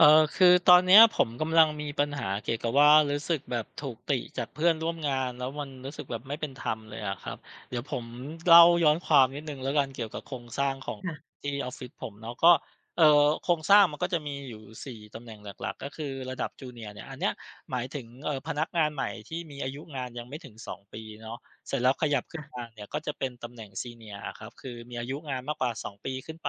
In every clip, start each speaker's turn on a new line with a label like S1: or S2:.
S1: คือตอนเนี้ยผมกำลังมีปัญหาเกี่ยวกับว่ารู้สึกแบบถูกติจากเพื่อนร่วมงานแล้วมันรู้สึกแบบไม่เป็นธรรมเลยอะครับเดี๋ยวผมเล่าย้อนความนิดนึงแล้วกันเกี่ยวกับโครงสร้างของ
S2: ค่ะ
S1: ที่ออฟฟิศผมเนาะก็โครงสร้างมันก็จะมีอยู่4ตำแหน่งหลักๆก็คือระดับ Junior เนียร์เนี่ยอันเนี้ยหมายถึงพนักงานใหม่ที่มีอายุงานยังไม่ถึง2ปีเนาะเสร็จแล้วขยับขึ้น
S2: ค่ะ
S1: มาเนี่ยก็จะเป็นตำแหน่งซีเนียร์ครับคือมีอายุงานมากกว่าสองปีขึ้นไป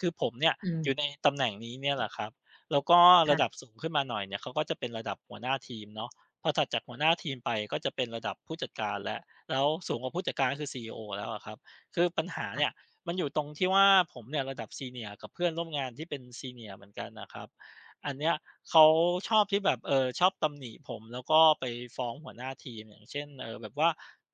S1: คือผมเนี่ย
S2: อืม
S1: อยู่ในตำแหน่งนี้เนี่ยแหละครับ แล้วก็ระดับ
S2: ค่ะ
S1: สูงขึ้นมาหน่อยเนี่ยเขาก็จะเป็นระดับหัวหน้าทีมเนาะพอถัดจากหัวหน้าทีมไปก็จะเป็นระดับผู้จัดการแล้วแล้วสูงกว่าผู้จัดการก็คือซี e อแล้วอะครับคือปัญหาเนี่ย
S2: ค่ะ
S1: มันอยู่ตรงที่ว่าผมเนี่ยระดับ Senior กับเพื่อนร่วมงานที่เป็น Senior เหมือนกันน่ะครับอันเนี้ยเขาชอบที่แบบชอบตำหนิผมแล้วก็ไปฟ้องหัวหน้าทีมอย่างเช่นแบบว่า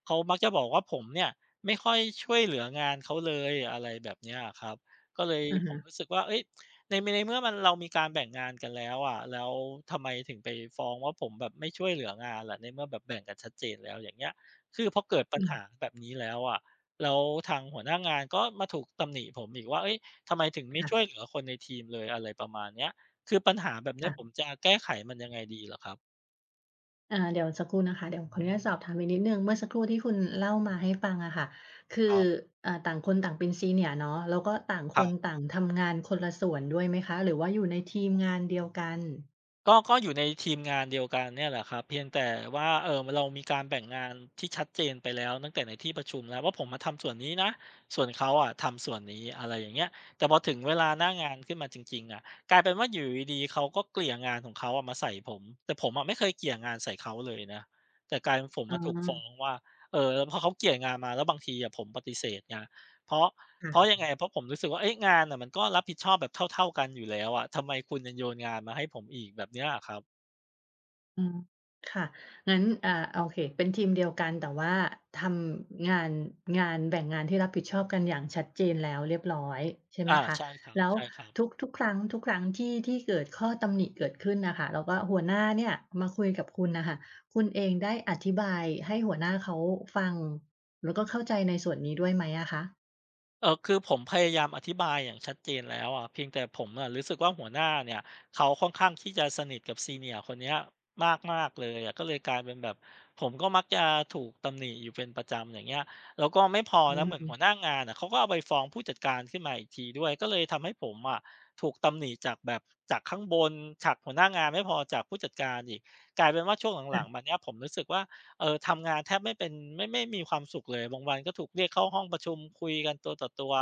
S1: เขามักจะบอกว่าผมเนี่ยไม่ค่อยช่วยเหลืองานเขาเลยอะไรแบบเนี้ยอะครับก็เลย
S2: อะ
S1: ผม
S2: ฮะ
S1: รู้สึกว่าเฮ้ย ในเมื่อมันเรามีการแบ่งงานกันแล้วอะแล้วทำไมถึงไปฟ้องว่าผมแบบไม่ช่วยเหลืองานล่ะในเมื่อแบบแบ่งกันชัดเจนแล้วอย่างเงี้ยคือพอเกิดปัญ
S2: อื
S1: หา
S2: ม
S1: แบบนี้แล้วอะแล้วทางหัวหน้างานก็มาถูกตำหนิผมอีกว่าเฮ้ยทำไมถึงไม่ช่วย
S2: ค่ะ
S1: เหลือคนในทีมเลยอะไรประมาณเนี้ยคือปัญหาแบบเนี้ย
S2: ค่ะ
S1: ผมจะแก้ไขมันยังไงดีเหรอครับ
S2: เดี๋ยวสักครู่นะคะเดี๋ยวขออนุญาตสอบถามอีกนิดหนึ่งเมื่อสักครู่ที่คุณเล่ามาให้ฟังอะค่ะคื
S1: ค
S2: อ
S1: รับ
S2: อ่าต่างคนต่างเป็น Senior เนาะแล้วก็ต่าง
S1: ค
S2: ค
S1: รั
S2: น
S1: บ
S2: ต่างทำงานคนละส่วนด้วยไหมคะ หรือว่าอยู่ในทีมงานเดียวกัน
S1: ก็อยู่ในทีมงานเดียวกันเนี่ยแหละครับเพียงแต่ว่าเรามีการแบ่งงานที่ชัดเจนไปแล้วตั้งแต่ในที่ประชุมแล้วว่าผมมาทำส่วนนี้นะส่วนเขาอะทำส่วนนี้อะไรอย่างเงี้ยแต่พอถึงเวลาหน้างานขึ้นมาจริงๆอะกลายเป็นว่าอยู่ดีๆเขาก็เกลี่ยงานของเขาอะมาใส่ผมแต่ผมอะไม่เคยเกลี่ยงานใส่เขาเลยนะแต่กลายเป็นผม
S2: อ๋อ
S1: อะถูกฟ้องว่าพอเขาเกลี่ยงานมาแล้วบางทีอะผมปฏิเสธไงเพราะ เพราะ
S2: ค่ะ
S1: ยังไงเพราะผมรู้สึกว่าเอ๊ะงานน่ะมันก็รับผิดชอบแบบเท่าๆกันอยู่แล้วอะทำไมคุณยังโยนงานมาให้ผมอีกแบบเนี้ยอะครับ
S2: อืมค่ะงั้นอ่าโอเคเป็นทีมเดียวกันแต่ว่าทำงานงานแบ่งงานที่รับผิดชอบกันอย่างชัดเจนแล้วเรียบร้อยใช่ไหม
S1: อา
S2: คะ
S1: ใช่คร
S2: แล้ว
S1: ับ
S2: ทุ
S1: ๆ
S2: กทุกครั้งทุกครั้งที่เกิดข้อตำหนิเกิดขึ้นน่ะค่ะแล้วก็หัวหน้าเนี่ยมาคุยกับคุณน่ะค่ะคุณเองได้อธิบายให้หัวหน้าเขาฟังแล้วก็เข้าใจในส่วนนี้ด้วยไหมอะคะ
S1: คือผมพยายามอธิบายอย่างชัดเจนแล้วอะเพียงแต่ผมอะรู้สึกว่าหัวหน้าเนี่ยเขาค่อนข้างที่จะสนิทกับซีเนี i ร์คนเนี้ยมากๆเลยอะก็เลยกลายเป็นแบบผมก็มักจะถูกตำหนิอยู่เป็นประจำอย่างเงี้ยแล้วก็ไม่พอ
S2: อื
S1: นะเหมือนหัวห
S2: ม
S1: น้างานอะเขาก็เอาไปฟ้องผู้จัดการขึ้นมาอีกทีด้วยก็เลยทำให้ผมอะถูกตำหนิจากแบบจากข้างบนจากหัวหน้างานไม่พอจากผู้จัดการอีกกลายเป็นว่าช่วงหลังๆ
S2: ค
S1: มาเนี้ยผมรู้สึกว่า ทำงานแทบไม่เป็นไม่มีความสุขเลยบางวันก็ถูกเรียกเข้าห้องประชุมคุยกันตัวต่อตัว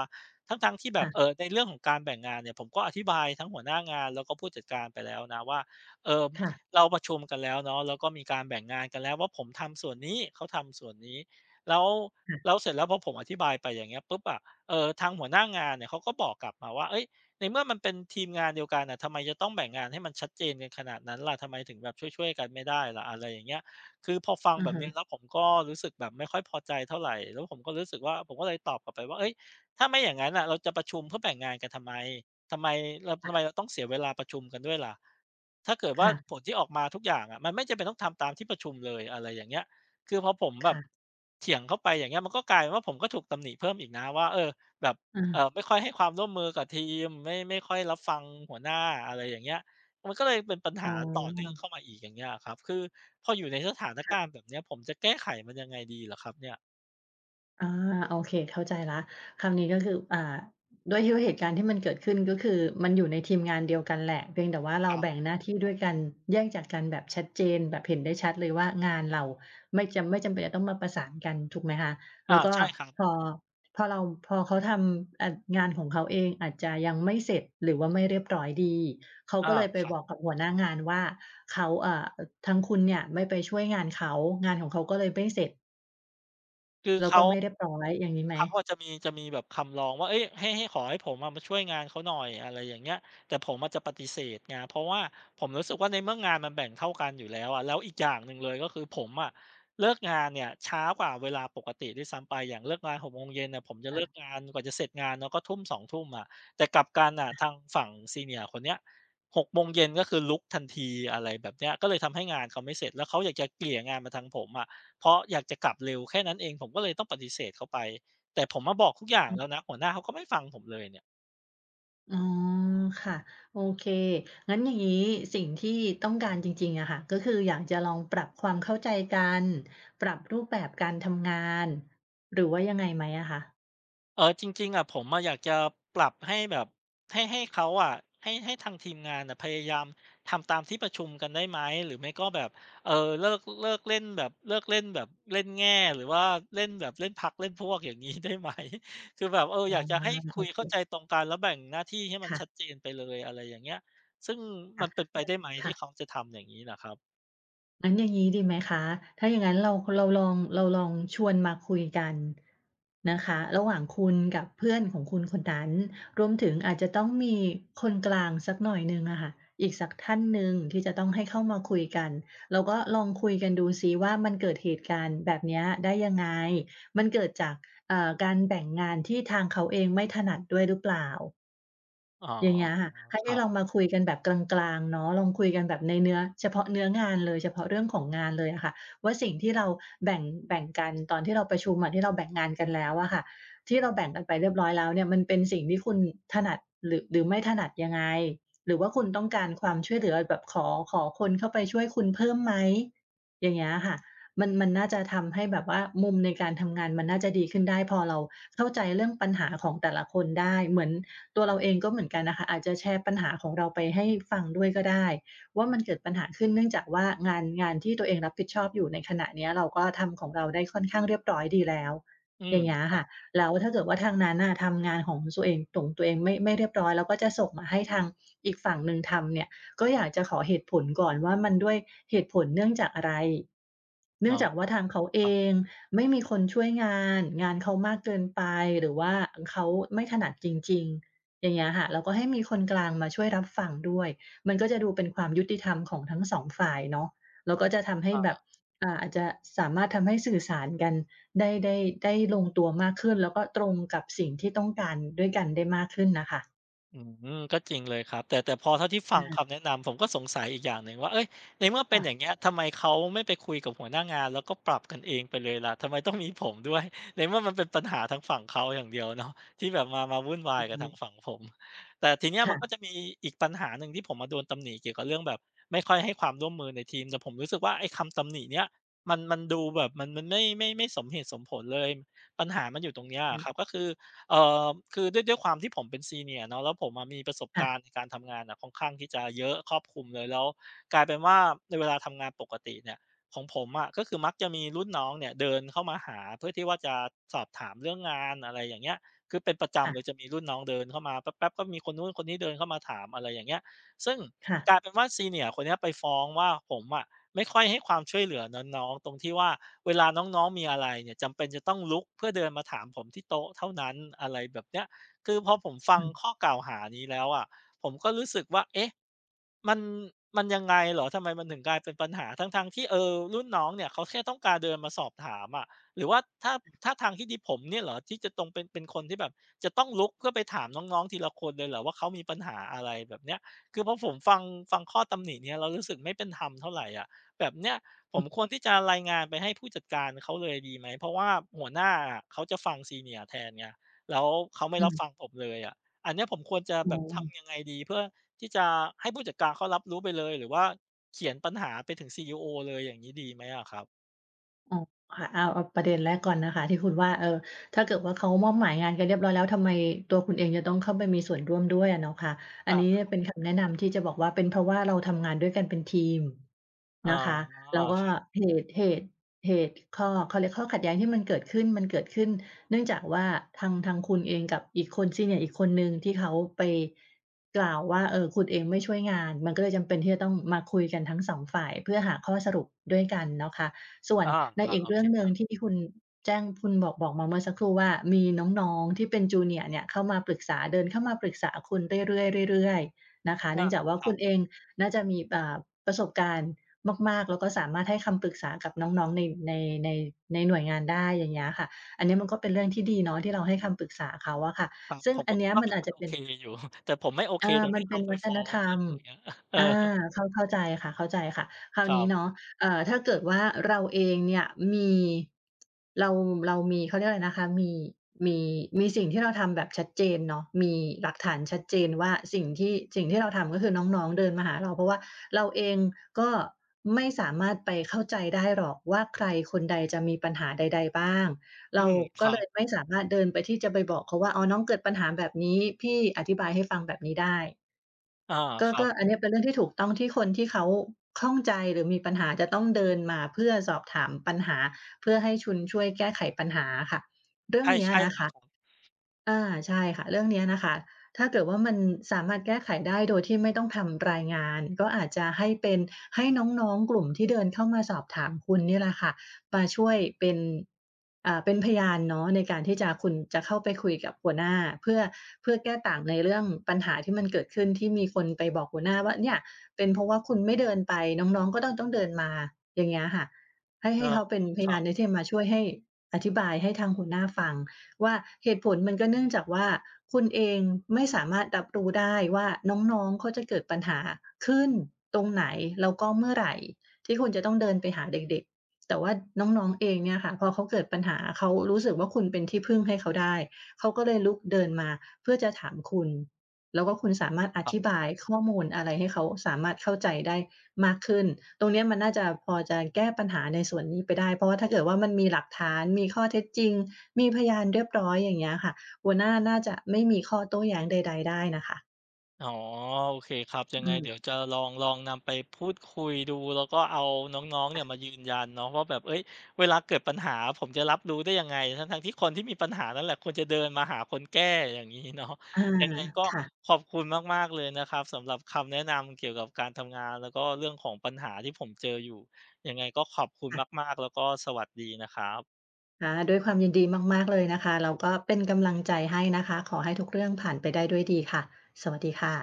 S1: ทั้งๆที่แบบเอ
S2: ่ะ
S1: ในเรื่องของการแบ่งงานเนี่ยผมก็อธิบายทั้งหัวหน้างานแล้วก็ผู้จัดการไปแล้วนะว่าเออ
S2: ๆค่ะ
S1: เราประชุมกันแล้วเนาะแล้วก็มีการแบ่งงานกันแล้วว่าผมทำส่วนนี้เขาทำส่วนนี้แล้ว
S2: ๆ
S1: แล้วเสร็จแล้วพอผมอธิบายไปอย่างเงี้ยปุ๊บอะทางหัวหน้างานเนี่ยเขาก็บอกกลับมาว่าเอ้ยในเมื่อมันเป็นทีมงานเดียวกันน่ะทำไมจะต้องแบ่งงานให้มันชัดเจนกันขนาดนั้นล่ะทำไมถึงแบบช่วยๆกันไม่ได้ล่ะอะไรอย่างเงี้ย คือพอฟัง
S2: อะ
S1: แบบ
S2: ฮะ
S1: เนี้ยแล้วผมก็รู้สึกแบบไม่ค่อยพอใจเท่าไรแล้วผมก็รู้สึกว่าผมก็เลยตอบกลับไปว่าเฮ้ยถ้าไม่อย่างงั้นน่ะเราจะประชุมเพื่อแบ่งงานกันทำไมทำไม
S2: ค่ะ
S1: เราต้องเสียเวลาประชุมกันด้วยล่ะถ้าเกิดว่าผ
S2: ค่ะ
S1: ลที่ออกมาทุกอย่างอะมันไม่จำเป็นต้องทำตามที่ประชุมเลยอะไรอย่างเงี้ยคือพอผมแบบ
S2: ค่ะ
S1: เถียงเข้าไปอย่างเงี้ยมันก็กลายเป็นว่าผมก็ถูกตำหนิเพิ่มอีกนะว่าแบบ
S2: อะฮะค่ะอือ
S1: ไม่ค่อยให้ความร่วมมือกับทีมไม่ค่อยรับฟังหัวหน้าอะไรอย่างเงี้ย มันก็เลยเป็นปัญ
S2: อ๋
S1: หา
S2: อ
S1: ต่อเนื่องเข้ามาอีกอย่างเงี้ยครับ คือพออยู่ในสถานการ
S2: ค่ะ
S1: ณ์แบบเนี้ยผมจะแก้ไขมันยังไงดีเหรอครับเนี่ย
S2: อาโอเคเข้าใจแล้วคำนี้ก็คืออ่าด้วยที่ว่าเหตุการณ์ที่มันเกิดขึ้นก็คือมันอยู่ในทีมงานเดียวกันแหละเพียงแต่ว่า
S1: ค
S2: เรา
S1: รับ
S2: แบ่งหน้าที่ด้วยกันแยกจากกันแบบชัดเจนแบบเห็นได้ชัดเลยว่างานเราไม่จำเป็นจะต้องมาประสานกันถูกไหมคะแล้วก็
S1: ใช่ครับ
S2: พอพอเราพอเขาทำอ่างานของเขาเองอาจจะยังไม่เสร็จหรือว่าไม่เรียบร้อยดีเขาก็
S1: อา
S2: เลยไป
S1: ครั
S2: บ
S1: บ
S2: อกกับหัวหน้างานว่าเขาอ่าทางคุณเนี่ยไม่ไปช่วยงานเขางานของเขาก็เลยไม่เสร็จ
S1: คือ
S2: แล้วก็
S1: เขา
S2: ไม่เรียบร้อย
S1: คือ
S2: อย่างงี้ไหม
S1: อะจะมีแบบคำร้องว่าเฮ้ยให้ขอให้ผมอะมาช่วยงานเขาหน่อยอะไรอย่างเงี้ยแต่ผมอะจะปฏิเสธไงเพราะว่าผมรู้สึกว่าในเมื่องานมันแบ่งเท่ากันอยู่แล้วอะแล้วอีกอย่างหนึ่งเลยก็คือผมอะเลิกงานเนี่ยช้ากว่าเวลาปกติด้วยซ้ำไปอย่างเลิกงานหกโมงเย็นเนี่ยผมจะเลิกงานกว่าจะเสร็จงานเนาะก็ทุ่มสองทุ่มอะแต่กลับกันน่ะทางฝั่ง Senior คนเนี้ยหกโมงเย็นก็คือลุกทันทีอะไรแบบเนี้ยก็เลยทำให้งานเขาไม่เสร็จแล้วเขาอยากจะเกลี่ยงานมาทางผมอะ เพราะอยากจะกลับเร็วแค่นั้นเองผมก็เลยต้องปฏิเสธเขาไปแต่ผมมาบอกทุกอย่าง
S2: อืม
S1: แล้วนะหัวหน้าเขาก็ไม่ฟังผมเลยเนี่ย
S2: อ๋อค่ะโอเคงั้นอย่างนี้สิ่งที่ต้องการจริงๆอะค่ะก็คืออยากจะลองปรับความเข้าใจกันปรับรูปแบบการทำงานหรือว่ายังไงไหมอะคะ
S1: จริงๆอะผมอะอยากจะปรับให้แบบให้เขาอะให้ทางทีมงานน่ะพยายามทำตามที่ประชุมกันได้ไหมหรือไม่ก็แบบเลิกเล่นแบบเลิกเล่นแบบเล่นแง่หรือว่าเล่นแบบเล่นพรรคเล่นพวกอย่างงี้ได้ไหม คือแบบ
S2: อ๋อ
S1: อยากจะให้
S2: โอ
S1: คุย
S2: เค
S1: เข้าใจตรงกันแล้วแบ่งหน้าที่ให้มัน
S2: ค่ะ
S1: ชัดเจนไปเลยอะไรอย่างเงี้ยซึ่งมันเป็น
S2: ๆ
S1: ไปได้ไหม
S2: ค่ะ
S1: ที่เขาจะทำอย่างงี้น่ะครับ
S2: งั้นอย่างนี้ดีไหมคะถ้าอย่างงั้นเราลองเราลองชวนมาคุยกันนะคะระหว่างคุณกับเพื่อนของคุณคนนั้นรวมถึงอาจจะต้องมีคนกลางสักหน่อยหนึ่งอะค่ะอีกสักท่านหนึ่งที่จะต้องให้เข้ามาคุยกัน เราก็ลองคุยกันดูซิว่ามันเกิดเหตุการณ์แบบเนี้ยได้ยังไง มันเกิดจากการแบ่งงานที่ทางเขาเองไม่ถนัดด้วยหรือเปล่า
S1: อ๋อ
S2: อย่างเงี้ยค่ะให้
S1: ค
S2: ให้
S1: รับ
S2: ลองมาคุยกันแบบกลางๆเนาะลองคุยกันแบบในเนื้อเฉพาะเนื้องานเลยเฉพาะเรื่องของงานเลยอะค่ะว่าสิ่งที่เราแบ่งแบ่งกันตอนที่เราประชุมอะที่เราแบ่งงานกันแล้วอะค่ะที่เราแบ่งกันไปเรียบร้อยแล้วเนี่ยมันเป็นสิ่งที่คุณถนัดหรือไม่ถนัดยังไงหรือว่าคุณต้องการความช่วยเหลือแบบขอคนเข้าไปช่วยคุณเพิ่มไหมอย่างเงี้ยค่ะมันน่าจะทำให้แบบว่ามุมในการทำงานมันน่าจะดีขึ้นได้พอเราเข้าใจเรื่องปัญหาของแต่ละคนได้เหมือน ตัวเราเองก็เหมือนกันนะคะอาจจะแชร์ปัญหาของเราไปให้ฟังด้วยก็ได้ว่ามันเกิดปัญหาขึ้นเนื่องจากว่างานงานที่ตัวเองรับผิดชอบอยู่ในขณะเนี้ยเราก็ทำของเราได้ค่อนข้างเรียบร้อยดีแล้ว
S1: อื
S2: อ
S1: ม
S2: ย่างเงี้ย
S1: ครั
S2: ค่ะ
S1: บ
S2: แล้วถ้าเกิดว่าทางนั้นน่ะทำงานของตัวเองของตัวเองไม่เรียบร้อยแล้วก็จะส่งมาให้ทางอีกฝั่งหนึ่งทำเนี่ยก็อยากจะขอเหตุผลก่อนว่ามันด้วยเหตุผลเนื่องจากอะไรเนื่
S1: อ๋
S2: อ
S1: อ
S2: งจากว่าทางเขาเอ
S1: ครับ
S2: งไม่มีคนช่วยงานงานเขามากเกินไปหรือว่าเขาไม่ถนัดจริงๆ อย่างเงี้ยค่ะแล้วก็ให้มีคนกลางมาช่วยรับฟังด้วยมันก็จะดูเป็นความยุติธรรมของทั้งสองฝ่ายเนาะแล้วก็จะทำให้
S1: อา
S2: แบบอ่าอาจจะสามารถทำให้สื่อสารกันได้ได้ได้ลงตัวมากขึ้นแล้วก็ตรงกับสิ่งที่ต้องการด้วยกันได้มากขึ้นน่ะค่ะ
S1: อืมก็จริงเลยครับแต่พอเท่าที่ฟัง
S2: อา
S1: คำแนะนำผมก็สงสัยอีกอย่างหนึ่งว่าเอ๊ยในเมื่อเป็นอย่าง
S2: ค่ะ
S1: เงี้ยทำไมเขาไม่ไปคุยกับหัวหน้างานแล้วก็ปรับกันเองไปเลยล่ะทำไมต้องมีผมด้วยในเมื่อมันเป็นปัญหาทางฝั่งเขาอย่างเดียวเนาะที่แบบมาวุ่นวายกับ
S2: อือ
S1: ทางฝั่งผมแต่ทีเนี้ยมันก็
S2: ค่ะ
S1: จะมีอีกปัญหาหนึ่งที่ผมอะโดนตำหนิเกี่ยวกับเรื่องแบบไม่ค่อยให้ความร่วมมือในทีมแต่ผมรู้สึกว่าไอ้คำตำหนิเนี้ยมันดูแบบมันไม่สมเหตุสมผลเลยปัญหามันอยู่ตรงเนี้ย
S2: อือ
S1: อะครับก็คือ เอ่อคือด้วยความที่ผมเป็นซีเนียร์เนาะแล้วผมอะมีประสบการณ์
S2: ค่ะ
S1: ในการทำงานอะค่อนข้างที่จะเยอะครอบคลุมเลยแล้วกลายเป็นว่าในเวลาทำงานปกติเนี่ยของผมอะก็คือมักจะมีรุ่นน้องเนี่ยเดินเข้ามาหาเพื่อที่ว่าจะสอบถามเรื่องงานอะไรอย่างเงี้ยคือเป็นประจำเลยจะมีรุ่นน้องเดินเข้ามาแป๊บๆก็มีคนนู้นคนนี้เดินเข้ามาถามอะไรอย่างเงี้ยซึ่ง
S2: ๆค่ะ
S1: กลายเป็นว่า s e ียร r คนเนี้ยไปฟ้องว่าผมอะไม่ค่อยให้ความช่วยเหลือน้องๆตรงที่ว่า เวลาน้องๆมีอะไรเนี่ยจำเป็นจะต้องลุกเพื่อเดินมาถามผมที่โต๊ะเท่านั้นอะไรแบบเนี้ยคือพอผมฟั
S2: อื
S1: งข้อ
S2: ม
S1: กล่าวหานี้แล้วอะผมก็รู้สึกว่าเอ๊ะมันมันยังไงเหรอทำไมมันถึงกลายเป็นปัญหาทั้งๆที่รุ่นน้องเนี่ยเขาแค่ต้องการเดินมาสอบถามอะหรือว่าถ้าทางที่ดีผมเนี่ยเหรอที่จะตรงเป็นคนที่แบบจะต้องลุกเพื่อไปถามน้องๆทีละคนเลยเหรอว่าเขามีปัญหาอะไรแบบเนี้ยคือพอผมฟังข้อตำหนิเนี้ยแล้วรู้สึกไม่เป็นธรรมเท่าไรอะแบบเนี้ย ผมควรที่จะรายงานไปให้ผู้จัดการเขาเลยดีไหมเพราะว่าหัวหน้าอะเขาจะฟัง Senior แทนไงแล้วเขาไม่
S2: อ
S1: รับฟัง
S2: ม
S1: ผมเลยอะอันเนี้ยผมควรจะ
S2: อ๋
S1: แบ
S2: อ
S1: บทำยังไงดีเพื่อที่จะให้ผู้จัดการเขารับรู้ไปเลยหรือว่าเขียนปัญหาไปถึงCEOเลยอย่างงี้ดีไหมอะครับ
S2: อ๋อค่ะเอาเอาประเด็นแรกก่อนนะคะที่คุณว่าถ้าเกิดว่าเขามอบหมายงานกันเรียบร้อยแล้วทำไมตัวคุณเองจะต้องเข้าไปมีส่วนร่วมด้วยอะเนาะค่ะอันนี้
S1: อา
S2: เป็นคำแนะนำที่จะบอกว่าเป็นเพราะว่าเราทำงานด้วยกันเป็นทีม
S1: อ๋
S2: นะคะ
S1: อ
S2: แล้วก็เหตุเหตุเหตุข้อเขาเรียกข้อขัดแย้งที่มันเกิดขึ้นมันเกิดขึ้นเนื่องจากว่าทางคุณเองกับอีกคนซีเนียอีกคนหนึ่งที่เขาไปกล่าวว่าคุณเองไม่ช่วยงานมันก็เลยจำเป็นที่จะต้องมาคุยกันทั้งสองฝ่ายเพื่อหาข้อสรุปด้วยกันเนาะค่ะ ส่วน
S1: อา
S2: ในอี
S1: ๆ
S2: ก
S1: โอเค
S2: เรื่องห
S1: ค
S2: นึ่ง
S1: รับ
S2: ที่คุณแจ้งคุณบอกมาเมื่อสักครู่ว่ามีน้องๆที่เป็น Junior เนี่ยเข้ามาปรึกษาเดินเข้ามาปรึกษาคุณเรื่อยๆเรื่อยๆนะคะเนื่
S1: อา
S2: องจากว่า
S1: ครั
S2: คุ
S1: บ
S2: ณเองน่าจะมีประสบการณ์มากๆแล้วก็สามารถให้คำปรึกษากับน้องๆในในในหน่วยงานได้อย่างเงี้ยค่ะอันเนี้ยมันก็เป็นเรื่องที่ดีเนาะที่เราให้คำปรึกษาเขาอะค่ะ
S1: ครับ
S2: ซึ่
S1: ผ
S2: ง
S1: ม
S2: อั
S1: ก็
S2: น
S1: คิ
S2: เนี้
S1: ด
S2: ย
S1: ว่า
S2: มัน
S1: มัน
S2: อาจ
S1: มัน
S2: จะ
S1: โอ
S2: เป็น
S1: เคอยู่ แต่ผมไม่โอเค
S2: อา
S1: ตรง
S2: มัน
S1: ที่
S2: เป็
S1: เขา
S2: น
S1: ไป
S2: วัฒ
S1: ฟ้อ
S2: นธ
S1: ง
S2: รร
S1: อะไร
S2: ม
S1: อย่างเงี้ย เออ
S2: อาเข้าใจค่ะเข้าใจค่ะคราว
S1: ครั
S2: นี้เนาะ
S1: บ
S2: ถ้าเกิดว่าเราเองเนี่ยมีเราเรามีเขาเรียกอะไรนะคะมีมีสิ่งที่เราทำแบบชัดเจนเนาะมีหลักฐานชัดเจนว่าสิ่งที่เราทำก็คือน้องๆเดินมาหาเราเพราะว่าเราเองก็ไม่สามารถไปเข้าใจได้หรอกว่าใครคนใดจะมีปัญหาใดๆบ้าง
S1: อื
S2: เรา
S1: มค
S2: ก็
S1: รั
S2: เลย
S1: บ
S2: ไม่สามารถเดินไปที่จะไปบอกเขาว่าอ๋อน้องเกิดปัญหาแบบนี้พี่อธิบายให้ฟังแบบนี้ได้
S1: อา
S2: ก็
S1: ครับ
S2: ก็อันเนี้ยเป็นเรื่องที่ถูกต้องที่คนที่เขาข้องใจหรือมีปัญหาจะต้องเดินมาเพื่อสอบถามปัญหาเพื่อให้ชุนช่วยแก้ไขปัญหาอะค่ะเรื่อง
S1: ใช่
S2: เนี้ย
S1: ใช่
S2: นะ
S1: เลย
S2: คะ
S1: ครับ
S2: อาใช่ค่ะเรื่องเนี้ยนะคะถ้าเกิดว่ามันสามารถแก้ไขได้โดยที่ไม่ต้องทำรายงานก็อาจจะให้เป็นให้น้องๆกลุ่มที่เดินเข้ามาสอบถามคุณเนี่ยแหละค่ะมาช่วยเป็นเป็นพยานเนาะในการที่จะคุณจะเข้าไปคุยกับหัวหน้าเพื่อเพื่อแก้ต่างในเรื่องปัญหาที่มันเกิดขึ้นที่มีคนไปบอกหัวหน้าว่าเนี่ยเป็นเพราะว่าคุณไม่เดินไปน้องๆก็ต้องเดินมาอย่างเงี้ยค่ะให้
S1: เออ
S2: ให้เขาเป็นพ
S1: ครั
S2: ยาน
S1: บ
S2: ในที่จะมาช่วยให้อธิบายให้ทางหัวหน้าฟัง ว่าเหตุผลมันก็เนื่องจากว่าคุณเองไม่สามารถรับรู้ได้ว่าน้องๆเขาจะเกิดปัญหาขึ้นตรงไหนแล้วก็เมื่อไหรที่คุณจะต้องเดินไปหาเด็กๆแต่ว่าน้องๆเองเนี่ยค่ะพอเขาเกิดปัญหาเขารู้สึกว่าคุณเป็นที่พึ่งให้เขาได้เขาก็เลยลุกเดินมาเพื่อจะถามคุณแล้วก็คุณสามารถอ
S1: ครั
S2: ธิ
S1: บ
S2: บายข้อมูลอะไรให้เขาสามารถเข้าใจได้ มากขึ้นตรงเนี้ยมันน่าจะพอจะแก้ปัญหาในส่วนนี้ไปได้ เพราะว่าถ้าเกิดว่ามันมีหลักฐาน มีข้อเท็จจริง มีพยานเรียบร้อยอย่างเงี้ยค่ะหัวหน้าน่าจะไม่มีข้อโต้แย้งใดๆได้นะคะ
S1: อ๋อโอเคครับยัง
S2: อื
S1: ไงเดี๋ยว
S2: ม
S1: จะลองนำไปพูดคุยดูแล้วก็เอาน้องๆเนี่ยมา
S2: ค่ะ
S1: ยืนยันเนาะว่าแบบเอ้ยเวลาเกิดปัญหาผมจะรับรู้ได้ยังไงทั้งๆที่คนที่มีปัญหานั่นแหละควรจะเดินมาหาคนแก้อย่างนี้เนาะ
S2: อา
S1: ยังไงก็
S2: ค่ะ
S1: ขอบคุณมากๆเลยนะครับสำหรับคำแนะนำเกี่ยวกับการทำงานแล้วก็เรื่องของปัญหาที่ผมเจออยู่ยังไงก็ขอบคุณ
S2: ค่ะ
S1: มากๆแล้วก็สวัสดีนะครับ
S2: ค่ะด้วยความยินดีมากๆเลยนะคะแล้วก็เป็นกำลังใจให้นะคะขอให้ทุกเรื่องผ่านไปได้ด้วยดีค่ะสวัสดีค่ะ